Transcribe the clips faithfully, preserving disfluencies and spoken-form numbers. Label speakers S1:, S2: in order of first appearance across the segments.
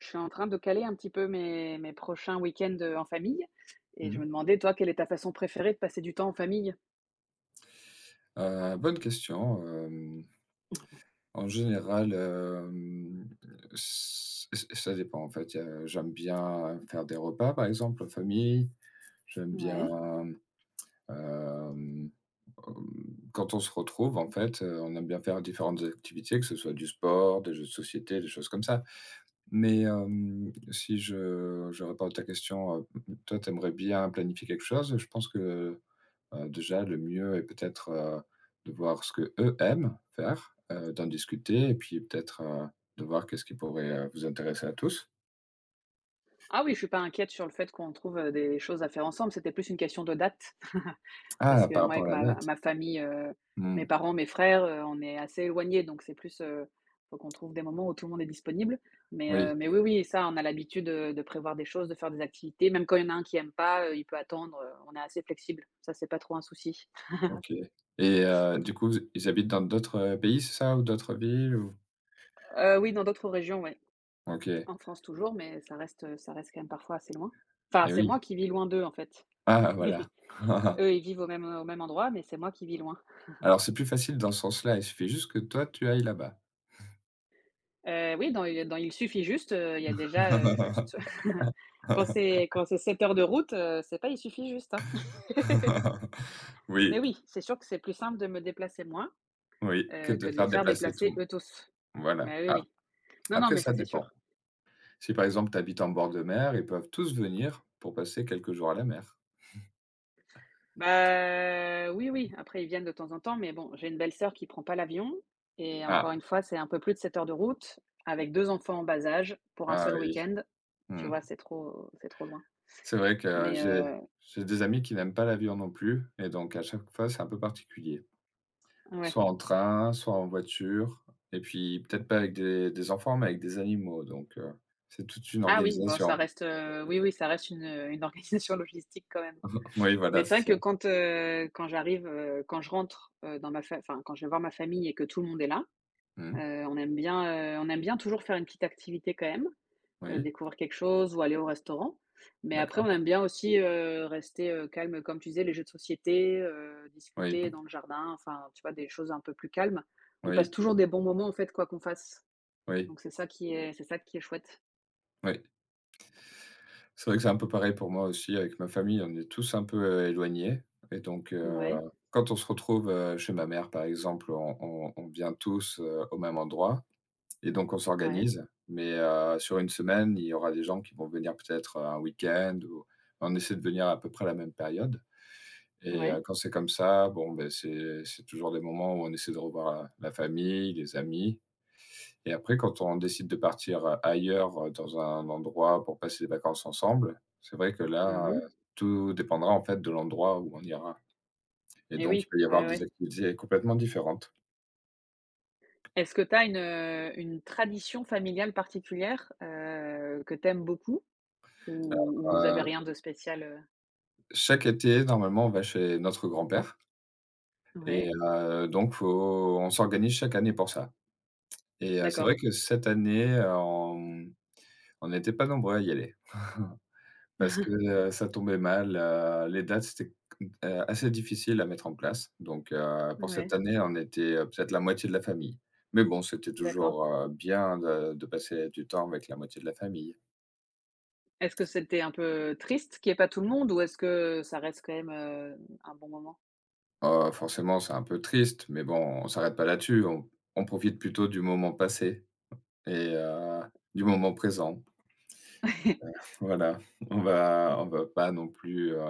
S1: Je suis en train de caler un petit peu mes mes prochains week-ends, heu, en famille et je me
S2: Mmh.
S1: demandais, toi, quelle est ta façon préférée de passer du temps en famille?
S2: Heu, bonne question. Hem, en général, hem, ç ç ça dépend en fait. Heu, j'aime bien faire des repas par exemple en famille. J'aime bien,
S1: Ouais.
S2: hem, quand on se retrouve en fait, heu, on aime bien faire différentes activités, que ce soit du sport, des jeux de société, des choses comme ça. Mais, hem, si je je réponds à ta question, heu, toi t'aimerais bien planifier quelque chose? Je pense que Heu, déjà le mieux est peut-être, heu, de voir ce que eux aiment faire, heu, d'en discuter et puis peut-être, heu, de voir qu'est-ce qui pourrait, heu, vous intéresser à tous?
S1: Ah oui, je suis pas inquiète sur le fait qu'on trouve, heu, des choses à faire ensemble, c'était plus une question de date. Parce
S2: Ah,
S1: que
S2: par
S1: moi,
S2: rapport
S1: avec
S2: à la
S1: ma
S2: date?
S1: ma famille, heu,
S2: Mmh,
S1: mes parents, mes frères, heu, on est assez éloignés, donc c'est plus, heu, faut qu'on trouve des moments où tout le monde est disponible. Mais, heu,
S2: oui,
S1: mais oui, oui, ça, on a l'habitude, heu, de prévoir des choses, de faire des activités, même quand il y en a un qui aime pas, heu, il peut attendre, heu, on est assez flexible. Ça, c'est pas trop un souci.
S2: OK. Et heu, du coup, vous ils habitent dans d'autres, heu, pays, c'est ça? Ou d'autres villes ou?
S1: Heu, oui, dans d'autres régions, ouais.
S2: OK.
S1: En France toujours, mais ça reste, ça reste quand même parfois assez loin. Enfin,
S2: Et
S1: c'est moi
S2: oui.
S1: qui vis loin d'eux, en fait.
S2: Ah voilà.
S1: Eux, ils vivent au même, au même endroit, mais c'est moi qui vis loin.
S2: Alors c'est plus facile dans ce sens-là, il suffit juste que toi tu ailles là-bas.
S1: Heu, oui, dans dans il suffit juste, heu, il y a déjà, heu, juste. Quand c'est quand c'est sept heures de route, heu, c'est pas il suffit juste, hein. Mais
S2: Oui,
S1: oui, c'est sûr que c'est plus simple de me déplacer moi,
S2: oui, que
S1: heu,
S2: de
S1: que de les
S2: faire
S1: faire
S2: déplacer tout
S1: déplacer
S2: le monde.
S1: eux tous.
S2: Voilà.
S1: Mais oui,
S2: A
S1: oui. Non, non,
S2: Après
S1: mais ça,
S2: ça
S1: c'est
S2: dépend.
S1: sûr.
S2: Si par exemple tu habites en bord de mer, ils peuvent tous venir pour passer quelques jours à la mer.
S1: Bah, oui, oui, après ils viennent de temps en temps, mais bon, j'ai une belle-sœur qui prend pas l'avion et encore
S2: Ah,
S1: une fois, c'est un peu plus de sept heures de route avec deux enfants en bas âge pour un
S2: ah
S1: seul
S2: oui,
S1: week-end. Tu
S2: mmh.
S1: vois, c'est trop c'est trop loin.
S2: C'est vrai que
S1: Mais
S2: j'ai
S1: heu,
S2: j'ai des amis qui n'aiment pas l'avion non plus et donc à chaque fois, c'est un peu particulier.
S1: ouais.
S2: Soit en train, soit en voiture et puis peut-être pas avec des des enfants, mais avec des animaux donc heu, c'est toute une
S1: Ah oui, bon ça
S2: organisation.
S1: reste, heu, oui, oui, ça reste une, euh, une organisation logistique quand même.
S2: Oui,
S1: Mais
S2: voilà,
S1: c'est vrai
S2: c'est
S1: que
S2: ça.
S1: quand, heu, quand j'arrive, heu, quand je rentre, heu, dans ma fa enfin, quand je vais voir ma famille et que tout le monde est là,
S2: Mmh.
S1: heu, on aime bien, heu, on aime bien toujours faire une petite activité quand même. heu,
S2: Oui,
S1: découvrir quelque chose ou aller au restaurant. Mais après,
S2: d'accord.
S1: on aime bien aussi, heu, rester, heu, calme, comme tu disais, les jeux de société, heu,
S2: Oui,
S1: discuter dans le jardin, enfin, tu vois, des choses un peu plus calmes. On passe
S2: oui,
S1: toujours des bons moments, en fait, quoi qu'on fasse.
S2: oui,
S1: Donc c'est ça qui est c'est ça qui est chouette.
S2: oui. C'est vrai que c'est un peu pareil pour moi aussi avec ma famille, on est tous un peu, heu, éloignés et donc heu,
S1: Ouais,
S2: quand on se retrouve, heu, chez ma mère par exemple, on on on vient tous, heu, au même endroit et donc on
S1: ouais,
S2: s'organise. Mais heu, sur une semaine, il y aura des gens qui vont venir peut-être, heu, un week-end ou on essaie de venir à peu près à la même période. Et
S1: ouais.
S2: heu, quand c'est comme ça, bon, beh, c'est c'est toujours des moments où on essaie de revoir la la famille, les amis. Et après, quand on décide de partir euh, ailleurs, heu, dans un endroit pour passer des vacances ensemble, c'est vrai que là,
S1: Mmh.
S2: heu, tout dépendra, en fait, de l'endroit où on ira et
S1: Et
S2: donc il
S1: oui,
S2: peut y avoir
S1: ouais,
S2: des
S1: ouais.
S2: activités complètement différentes.
S1: Est-ce que tu as une, heu, une tradition familiale particulière, heu, que tu aimes beaucoup ou ou vous avez
S2: Heu,
S1: rien de spécial, heu?
S2: Chaque été, normalement, on va chez notre grand-père et
S1: Ouais,
S2: heu, donc faut on s'organise chaque année pour ça. Et heu, c'est vrai
S1: d'accord.
S2: que cette année, heu, on on n'était pas nombreux à y aller. Parce que, heu, ça tombait mal, heu, les dates, c'était c assez difficile à mettre en place. Donc, heu, pour cette
S1: Ouais,
S2: année, on était, heu, peut-être la moitié de la famille. Mais bon, c'était
S1: d'accord.
S2: toujours, heu, bien de de passer du temps avec la moitié de la famille.
S1: Est-ce que c'était un peu triste qu'il n'y ait pas tout le monde ou est-ce que ça reste quand même, heu, un bon moment?
S2: Heu, forcément, c'est un peu triste, mais bon, on s'arrête pas là-dessus. On on profite plutôt du moment passé et heu, du moment présent. Voilà, on va on va pas non plus, heu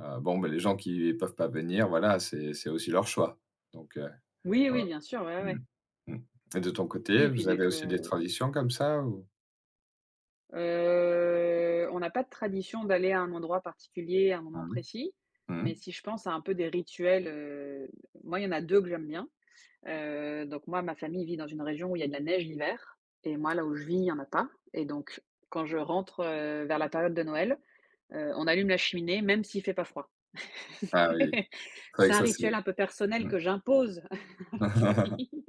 S2: heu, bon, bah, les gens qui peuvent pas venir, voilà, c'est c'est aussi leur choix. Donc, heu,
S1: Oui,
S2: ouais.
S1: oui, bien sûr, ouais, ouais,
S2: Mmh.
S1: ouais.
S2: Mmh. Et de ton
S1: Oui
S2: côté,
S1: et puis
S2: vous
S1: des
S2: avez
S1: f
S2: aussi des
S1: heu
S2: traditions comme ça ou?
S1: on n'a pas de tradition d'aller à un endroit particulier à un moment
S2: Mmh.
S1: précis,
S2: Mmh.
S1: mais si je pense à un peu des rituels, heu, moi, il y en a deux que j'aime bien. Heu, donc moi, ma famille vit dans une région où il y a de la neige l'hiver et moi, là où je vis, il y en a pas et donc quand je rentre, heu, vers la période de Noël, heu, on allume la cheminée même s'il fait pas froid.
S2: Ah oui, c'est vrai
S1: C'est
S2: que
S1: un
S2: ça c'est
S1: rituel un peu personnel
S2: mmh.
S1: que j'impose à ma famille,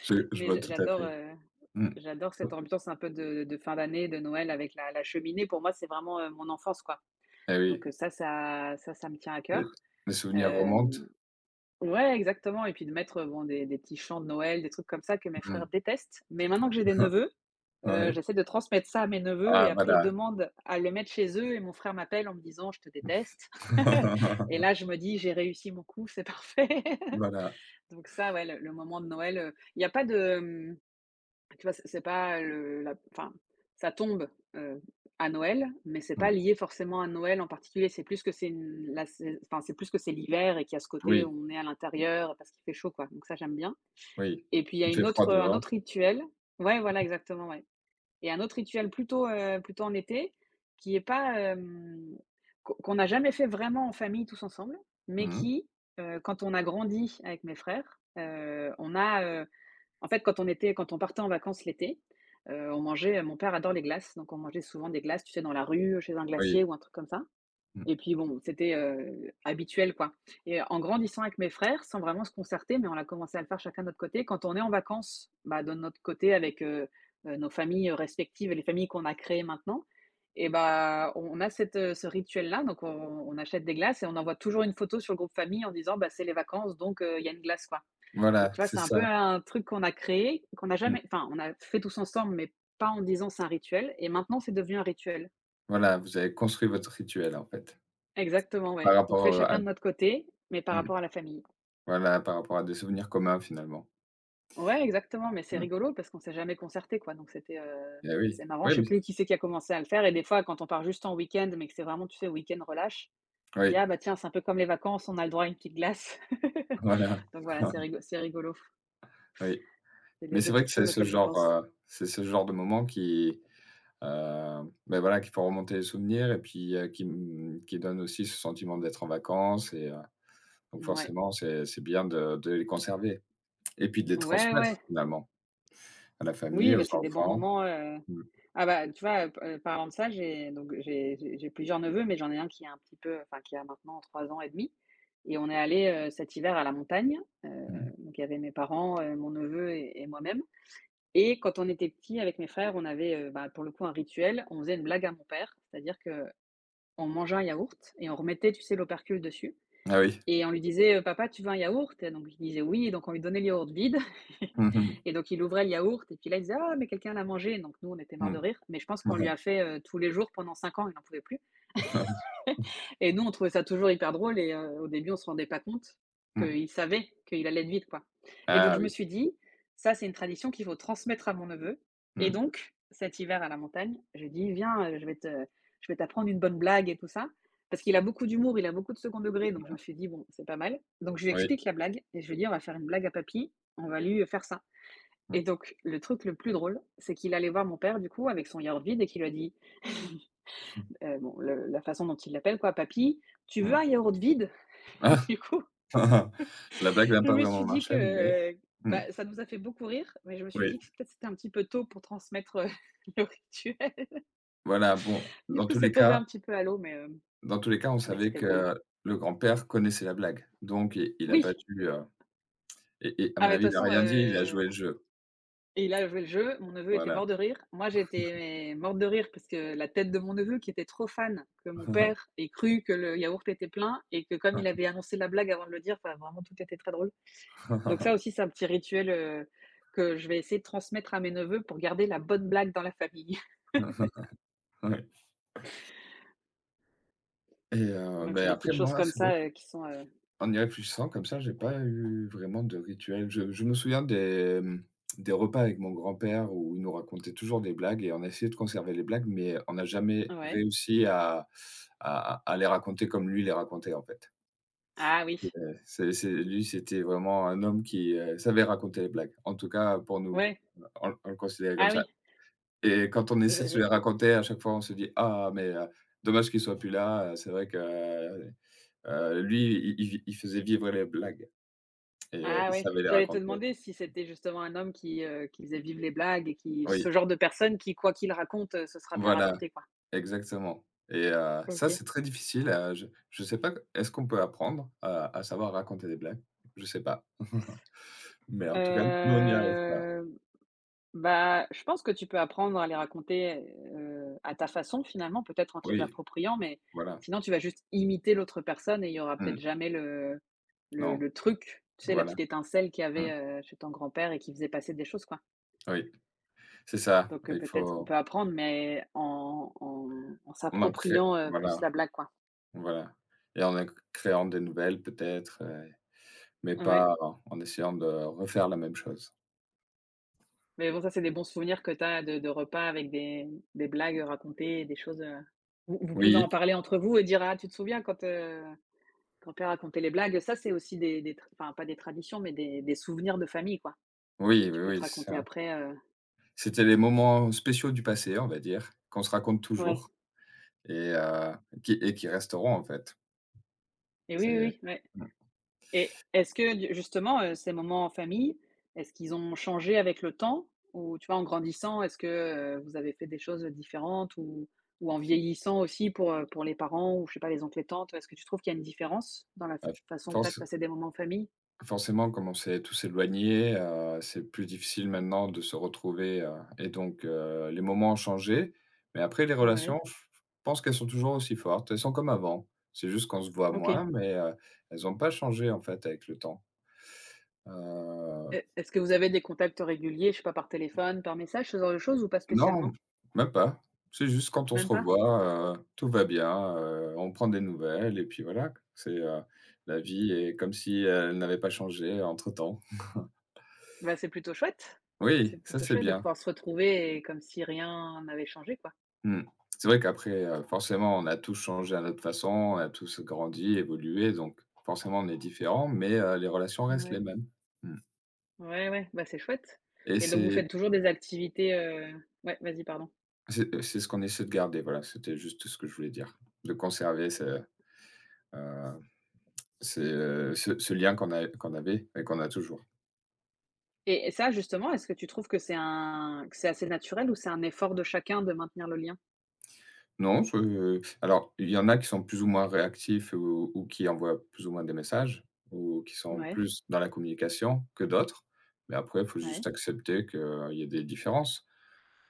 S2: Je je
S1: mais
S2: vois
S1: j
S2: tout à
S1: j'adore,
S2: fait.
S1: heu,
S2: Mmh.
S1: j'adore cette
S2: Sou
S1: ambiance un peu de de fin d'année, de Noël avec la la cheminée. Pour moi, c'est vraiment, heu, mon enfance, quoi.
S2: Eh
S1: Donc,
S2: oui,
S1: heu, ça ça ça ça me tient à
S2: les
S1: cœur.
S2: les souvenirs remontent.
S1: Hem, ouais, exactement et puis de mettre, heu, bon, des des petits chants de Noël, des trucs comme ça que mes
S2: Mmh.
S1: frères détestent. Mais maintenant que j'ai des neveux, heu,
S2: Ouais.
S1: j'essaie de transmettre ça à mes neveux
S2: Ah
S1: et après ils
S2: voilà.
S1: demandent à le mettre chez eux et mon frère m'appelle en me disant: «Je te déteste» et là, je me dis: «J'ai réussi mon coup, c'est parfait».
S2: Voilà.
S1: Donc ça, ouais, le le moment de Noël, heu, il y a pas de, mmh, tu vois, c'est c'est pas le la enfin, ça tombe, heu, à Noël, mais c'est pas
S2: Mmh.
S1: lié forcément à Noël en particulier. C'est plus que c'est une la sai enfin, c'est plus que c'est l'hiver et qu'il y a ce côté
S2: Oui,
S1: où on est à l'intérieur parce qu'il fait chaud, quoi. Donc ça, j'aime bien.
S2: oui.
S1: Et puis il y a
S2: Il
S1: une
S2: fait froid
S1: autre, un
S2: dehors.
S1: autre rituel. Ouais, voilà, exactement, ouais. Et un autre rituel plutôt, heu, plutôt en été, qui est pas, hem, qu'on qu'on n'a jamais fait vraiment en famille tous ensemble, mais
S2: Mmh.
S1: qui, heu, quand on a grandi avec mes frères, heu, on a, heu, en fait, quand on était quand on partait en vacances l'été, heu, on mangeait mon père adore les glaces, donc on mangeait souvent des glaces, tu sais, dans la rue, chez un glacier
S2: Oui.
S1: ou un truc comme ça
S2: Mmh.
S1: et puis bon, c'était, heu, habituel, quoi et en grandissant avec mes frères, sans vraiment se concerter, mais on a commencé à le faire chacun de notre côté, quand on est en vacances, bah, de notre côté avec, heu heu, nos familles, respectives et les familles qu'on a créées maintenant et bah, on a cette, heu, ce rituel-là, donc on on achète des glaces et on envoie toujours une photo sur le groupe famille en disant: «Bah, c'est les vacances, donc heu, il y a une glace, quoi». Donc
S2: Voilà,
S1: tu vois,
S2: c'est
S1: c'est un
S2: ça.
S1: peu un truc qu'on a créé, qu'on n'a
S2: Mmh.
S1: jamais enfin, on a fait tous ensemble, mais pas en disant c'est un rituel et maintenant c'est devenu un rituel.
S2: Voilà, vous avez construit votre rituel en fait,
S1: Exactement,
S2: par
S1: ouais, qu'on fait
S2: rapport, heu, à
S1: chacun de notre côté, mais par
S2: mmh,
S1: rapport à la famille.
S2: voilà, par rapport à des souvenirs communs finalement.
S1: Ouais, exactement, mais c'est
S2: Mmh.
S1: rigolo parce qu'on s'est jamais concerté, quoi, donc c'était, heu,
S2: Eh
S1: c'est
S2: oui.
S1: marrant,
S2: Oui,
S1: je sais
S2: mais
S1: plus qui c'est qui a commencé à le faire et des fois, quand on part juste en week-end, mais que c'est vraiment, tu sais, week-end relâche, on dit: «Ah
S2: oui,
S1: bah tiens, c'est un peu comme les vacances, on a le droit à une petite glace».
S2: voilà.
S1: Donc voilà, c'est rigo c'est rigolo.
S2: Oui,
S1: C'est les
S2: mais
S1: deux
S2: c'est vrai
S1: petites
S2: que c'est
S1: choses
S2: ce
S1: auxquelles je
S2: genre,
S1: pense.
S2: heu, c'est ce genre de moment qui, heu, beh, voilà, qui font remonter les souvenirs et puis, heu, qui, mmh, qui donne aussi ce sentiment d'être en vacances. Et heu, donc
S1: Ouais.
S2: forcément, c'est c'est bien de de les conserver et puis de les
S1: Ouais,
S2: transmettre
S1: ouais.
S2: finalement à la famille,
S1: Oui, bah,
S2: aux
S1: c'est des bons
S2: enfants.
S1: moments, heu
S2: Mmh,
S1: Ah bah, tu vois, heu, parlant de ça, j'ai donc j'ai j'ai j'ai plusieurs neveux, mais j'en ai un qui est un petit peu enfin, qui a maintenant trois ans et demi et on est allé heu, cet hiver à la montagne. Heu,
S2: mmh.
S1: donc il y avait mes parents, heu, mon neveu et et moi-même et quand on était petits avec mes frères, on avait, heu, bah, pour le coup un rituel. On faisait une blague à mon père, c'est-à-dire que on mangeait un yaourt et on remettait, tu sais, l'opercule dessus
S2: Ah oui.
S1: et on lui disait: euh, papa, tu veux un yaourt?» Et donc il disait: «Oui», donc on lui donnait le yaourt vide
S2: Mmh mh.
S1: et donc il ouvrait le yaourt et puis là, il disait: «Ah mais quelqu'un l'a mangé», donc nous, on était morts de rire, mais je pense qu'on lui a fait, heu, tous les jours pendant cinq ans, il n'en pouvait plus et nous, on trouvait ça toujours hyper drôle et heu, au début, on se rendait pas compte qu'il savait qu'il allait être vide, quoi. Et donc
S2: Ah
S1: je me
S2: oui.
S1: suis dit: «Ça, c'est une tradition qu'il faut transmettre à mon neveu» et
S2: Mmh.
S1: donc cet hiver à la montagne, je lui ai dit: «Viens, heu, je vais te je vais t'apprendre une bonne blague et tout ça». Parce qu'il a beaucoup d'humour, il a beaucoup de second degré, donc je me suis dit: «Bon, c'est pas mal». Donc je lui
S2: Oui.
S1: explique la blague et je lui dis: «On va faire une blague à papy, on va lui, heu, faire ça»
S2: Mmh.
S1: et donc le truc le plus drôle, c'est qu'il allait voir mon père, du coup, avec son yaourt vide et qu'il lui a dit, heu, bon, le la façon dont il l'appelle, quoi: «Papy, tu veux
S2: Mmh.
S1: un yaourt vide?» Du coup,
S2: La blague n'a
S1: je
S2: pas
S1: me suis
S2: vraiment
S1: dit
S2: marché, mais
S1: que,
S2: mmh,
S1: bah, ça nous a fait beaucoup rire, mais je me suis
S2: oui,
S1: dit que peut-être c'était un petit peu tôt pour transmettre, heu, le rituel.
S2: voilà, bon,
S1: Du
S2: dans
S1: coup,
S2: tous les
S1: c'est tombé
S2: cas.
S1: un petit peu à l'eau, mais, hem,
S2: Dans tous les cas, on
S1: mais
S2: savait
S1: c'était drôle.
S2: que le grand-père connaissait la blague, donc i il a pas
S1: Oui,
S2: dû, heu et et à
S1: ah,
S2: mon
S1: mais de
S2: avis,
S1: toute
S2: il a
S1: façon,
S2: rien dit, il a
S1: euh,
S2: joué le jeu.
S1: et il a joué le jeu, mon neveu était
S2: Voilà.
S1: mort de rire. Moi, j'étais morte de rire parce que la tête de mon neveu qui était trop fan, que mon père ait cru que le yaourt était plein et que comme il avait annoncé la blague avant de le dire, enfin vraiment tout était très drôle. Donc ça aussi, c'est un petit rituel, heu, que je vais essayer de transmettre à mes neveux pour garder la bonne blague dans la famille.
S2: Ouais. Et heu,
S1: Donc c'est
S2: mais
S1: des petites
S2: après
S1: choses
S2: moi,
S1: comme
S2: c'est vrai
S1: ça, heu, qui sont, heu
S2: qu'en y réfléchissant comme ça, j'ai pas eu vraiment de rituel. Je je me souviens des, mmh, des repas avec mon grand-père où il nous racontait toujours des blagues et on a essayé de conserver les blagues, mais on n'a jamais
S1: ouais.
S2: réussi à à à les raconter comme lui les racontait, en fait.
S1: Ah oui,
S2: Ouais, c'est c'est lui, c'était vraiment un homme qui, heu, savait raconter les blagues. En tout cas, pour nous,
S1: ouais.
S2: on on le considérait comme
S1: Ah
S2: ça.
S1: oui.
S2: Et quand on
S1: Je
S2: essaie de se
S1: je
S2: les raconter, à chaque fois, on se dit: «Ah mais heu, dommage qu'il soit plus là, heu, c'est vrai que, heu heu, lui, il il il faisait vivre les blagues et heu,
S1: ah
S2: il
S1: ouais.
S2: savait les
S1: J'allais te
S2: raconter».
S1: demander si c'était justement un homme qui, heu, qui faisait vivre les blagues et qui
S2: Oui,
S1: ce genre de personne qui, quoi qu'il raconte, heu, ce sera bien
S2: voilà,
S1: raconté, quoi.
S2: exactement. Et heu, ça,
S1: OK.
S2: c'est très difficile, heu, je je sais pas, est-ce qu'on peut apprendre à à savoir raconter des blagues? Je sais pas. Mais en tout cas, nous, on n'y arrive pas.
S1: Heu, bah, je pense que tu peux apprendre à les raconter, heu, à ta façon finalement, peut-être en te les
S2: Oui,
S1: appropriant, mais
S2: voilà.
S1: sinon tu vas juste imiter l'autre personne et il y aura peut-être
S2: Mmh,
S1: jamais le le
S2: non.
S1: le truc, tu sais, la
S2: Voilà,
S1: petite étincelle qu'il y avait,
S2: mmh,
S1: heu, chez ton grand-père et qui faisait passer des choses, quoi.
S2: oui, c'est ça,
S1: Donc heu,
S2: il
S1: peut-être on
S2: faut
S1: peut apprendre, mais en en en
S2: on en crée
S1: s'appropriant, heu,
S2: voilà,
S1: plus la blague, quoi.
S2: voilà et en en créant des nouvelles peut-être, heu, mais
S1: Ouais,
S2: pas en essayant de refaire la même chose.
S1: mais bon, ça, c'est des bons souvenirs que tu as de de repas avec des des blagues racontées, des choses, heu, vous vous pouvez en
S2: Oui,
S1: parler entre vous et dire: «Ah, tu te souviens quand, heu, quand père racontait les blagues?» Ça, c'est aussi des des tr enfin, pas des traditions, mais des des souvenirs de famille, quoi.
S2: oui, oui,
S1: Tu peux te
S2: oui, c'est
S1: raconter
S2: ça.
S1: après, heu
S2: C'était les moments spéciaux du passé, on va dire, qu'on se raconte
S1: ouais
S2: toujours et heu, qui et qui resteront en fait.
S1: et oui, oui,
S2: C'est
S1: oui, ouais.
S2: mmh,
S1: Et est-ce que justement, heu, ces moments en famille, est-ce qu'ils ont changé avec le temps? Ou tu vois, en grandissant, est-ce que, heu, vous avez fait des choses, différentes? Ou ou en vieillissant aussi pour, heu, pour les parents ou je sais pas, les oncles et tantes, est-ce que tu trouves qu'il y a une différence dans la f
S2: à
S1: façon que tu as de
S2: force
S1: passer des moments en famille?
S2: forcément, comme on s'est tous éloignés, heu, c'est plus difficile maintenant de se retrouver, heu et donc heu, les moments ont changé. Mais après les
S1: Ouais,
S2: relations, je pense qu'elles sont toujours aussi fortes. Elles sont comme avant. C'est juste qu'on se voit moins,
S1: OK.
S2: mais heu, elles n'ont pas changé en fait avec le temps. Heu,
S1: Et est-ce que vous avez des contacts réguliers, je sais pas, par téléphone, par message, ce genre de choses ou pas
S2: non,
S1: spécialement?
S2: même pas. C'est juste quand on se
S1: Même pas?
S2: revoit, heu, tout va bien, heu, on prend des nouvelles et puis voilà, c'est, heu, la vie est comme si euh, elle n'avait pas changé entre-temps.
S1: Bah, c'est plutôt chouette. C'est
S2: Oui, ça
S1: plutôt
S2: c'est
S1: chouette de
S2: bien.
S1: pouvoir se retrouver et comme si rien n'avait changé, quoi.
S2: Mmh. C'est vrai qu'après, heu, forcément, on a tous changé à notre façon, on a tous grandi, évolué, donc forcément on est différents, mais heu, les relations restent
S1: Ouais.
S2: les mêmes. Mmh.
S1: Ouais, ouais, bah, c'est chouette
S2: Et
S1: et donc vous
S2: c'est
S1: faites toujours des activités, heu ouais, vas-y, pardon
S2: c'est c'est ce qu'on essaie de garder, voilà, c'était juste ce que je voulais dire. De conserver ce, heu, ces, heu, ce ce lien qu'on a qu'on avait et qu'on a toujours.
S1: et et ça, justement, est-ce que tu trouves que c'est un que c'est assez naturel ou c'est un effort de chacun de maintenir le lien?
S2: Non, je alors il y en a qui sont plus ou moins réactifs ou ou qui envoient plus ou moins des messages ou qui sont
S1: Ouais,
S2: plus dans la communication que d'autres, mais après, il faut
S1: ouais,
S2: juste accepter qu'il y a des différences.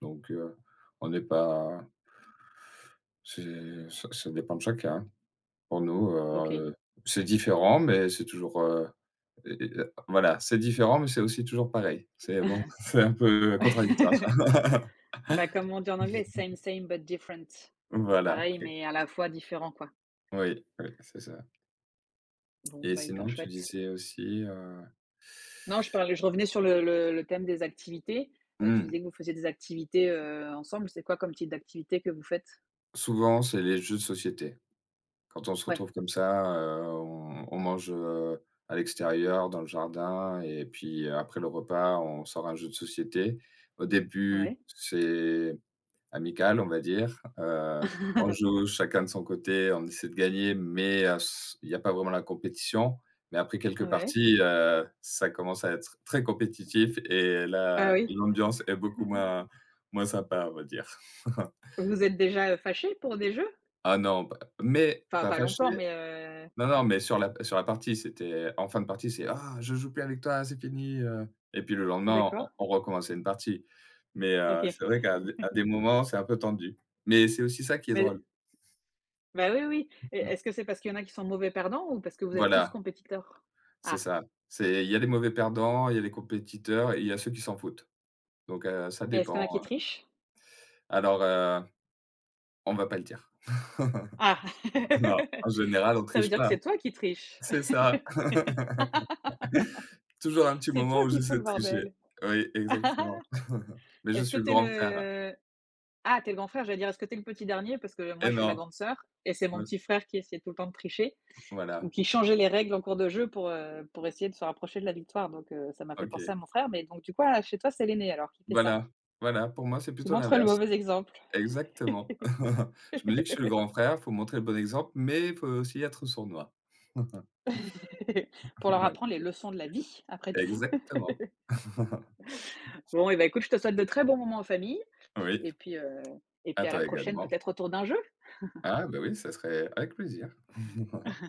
S2: Donc heu, on n'est pas c'est ça ça dépend de chacun. Pour nous,
S1: OK.
S2: heu, c'est différent, mais c'est toujours, heu et et voilà, c'est différent, mais c'est aussi toujours pareil. C'est bon, c'est un peu contradictoire.
S1: Bah, comme on dit en anglais, same, same but different. Donc
S2: Voilà,
S1: pareil,
S2: OK.
S1: mais à la fois différent, quoi.
S2: Oui, oui, c'est ça.
S1: Bon,
S2: Et
S1: bah, hyper
S2: sinon, tu
S1: chouette.
S2: disais aussi, heu
S1: Non, je parlais je revenais sur le le le thème des activités. Heu, tu
S2: mmh,
S1: disais que vous faisiez des activités, heu, ensemble. C'est quoi comme type d'activité que vous faites?
S2: souvent, c'est les jeux de société. Quand on se
S1: Ouais,
S2: retrouve comme ça, heu, on on mange, heu, à l'extérieur, dans le jardin et puis euh, après le repas, on sort un jeu de société. Au début,
S1: ouais.
S2: c'est amical, on va dire, heu, on joue chacun de son côté, on essaie de gagner, mais heu, s il n'y a pas vraiment la compétition. Mais après quelques
S1: Ouais.
S2: parties, heu, ça commence à être très compétitif et
S1: Ah
S2: là,
S1: oui.
S2: l'ambiance est beaucoup moins moins sympa, on va dire.
S1: Vous êtes déjà, fâché pour des jeux?
S2: Ah non, pas mais
S1: Enfin
S2: pas
S1: pas
S2: fâché.
S1: longtemps, mais heu
S2: Non, non, mais sur la sur la partie, c'était en fin de partie, c'est: «Ah, je joue plus avec toi, c'est fini, heu» et puis le lendemain,
S1: d'accord,
S2: on on recommençait une partie. Mais heu,
S1: OK.
S2: c'est vrai qu'à d à des moments, c'est un peu tendu. Mais c'est aussi ça qui est
S1: Mais
S2: drôle.
S1: bah, oui, oui et
S2: Mmh.
S1: est-ce que c'est parce qu'il y en a qui sont mauvais perdants ou parce que vous êtes tous
S2: Voilà,
S1: compétiteurs?
S2: c'est
S1: Ah
S2: ça. C'est il y a les mauvais perdants, il y a les compétiteurs et il y a ceux qui s'en foutent. Donc heu, ça
S1: et est-ce qu'il y en
S2: dépend,
S1: a qui
S2: heu.
S1: trichent?
S2: Alors heu, on va pas le dire.
S1: Ah!
S2: Non, en général, on
S1: Ça veut
S2: triche
S1: dire que
S2: pas.
S1: c'est toi qui triches.
S2: C'est ça. Toujours un petit
S1: C'est
S2: moment
S1: toi
S2: où
S1: qui fous
S2: j'essaie de
S1: le
S2: tricher.
S1: bordel.
S2: Oui, exactement. Mais je
S1: Est-ce que
S2: suis le
S1: t'es
S2: grand frère.
S1: le ah, t'es le grand frère, j'allais dire, est-ce que t'es le petit dernier? Parce que moi,
S2: Et
S1: je suis la
S2: non,
S1: grande sœur et c'est mon
S2: heu,
S1: petit frère qui essayait tout le temps de tricher ou
S2: voilà,
S1: qui changeaient les règles en cours de jeu pour, heu, pour essayer de se rapprocher de la victoire, donc heu, ça m'a fait
S2: OK.
S1: penser à mon frère, mais donc du coup, ah, chez toi, c'est l'aîné alors qui fait ça,
S2: Voilà, voilà, pour moi, c'est
S1: qui
S2: plutôt
S1: montre le
S2: l'inverse.
S1: mauvais exemple
S2: Exactement. Je me dis que je suis le grand frère, faut montrer le bon exemple, mais il faut aussi être sournois.
S1: pour leur
S2: Voilà,
S1: apprendre les leçons de la vie après tout.
S2: exactement.
S1: Bon et ben écoute, je te souhaite de très bons moments en famille
S2: Oui,
S1: et puis, heu et
S2: à
S1: puis à la
S2: toi
S1: prochaine
S2: également.
S1: peut-être autour d'un jeu.
S2: Ah, bah, oui, ça serait avec plaisir.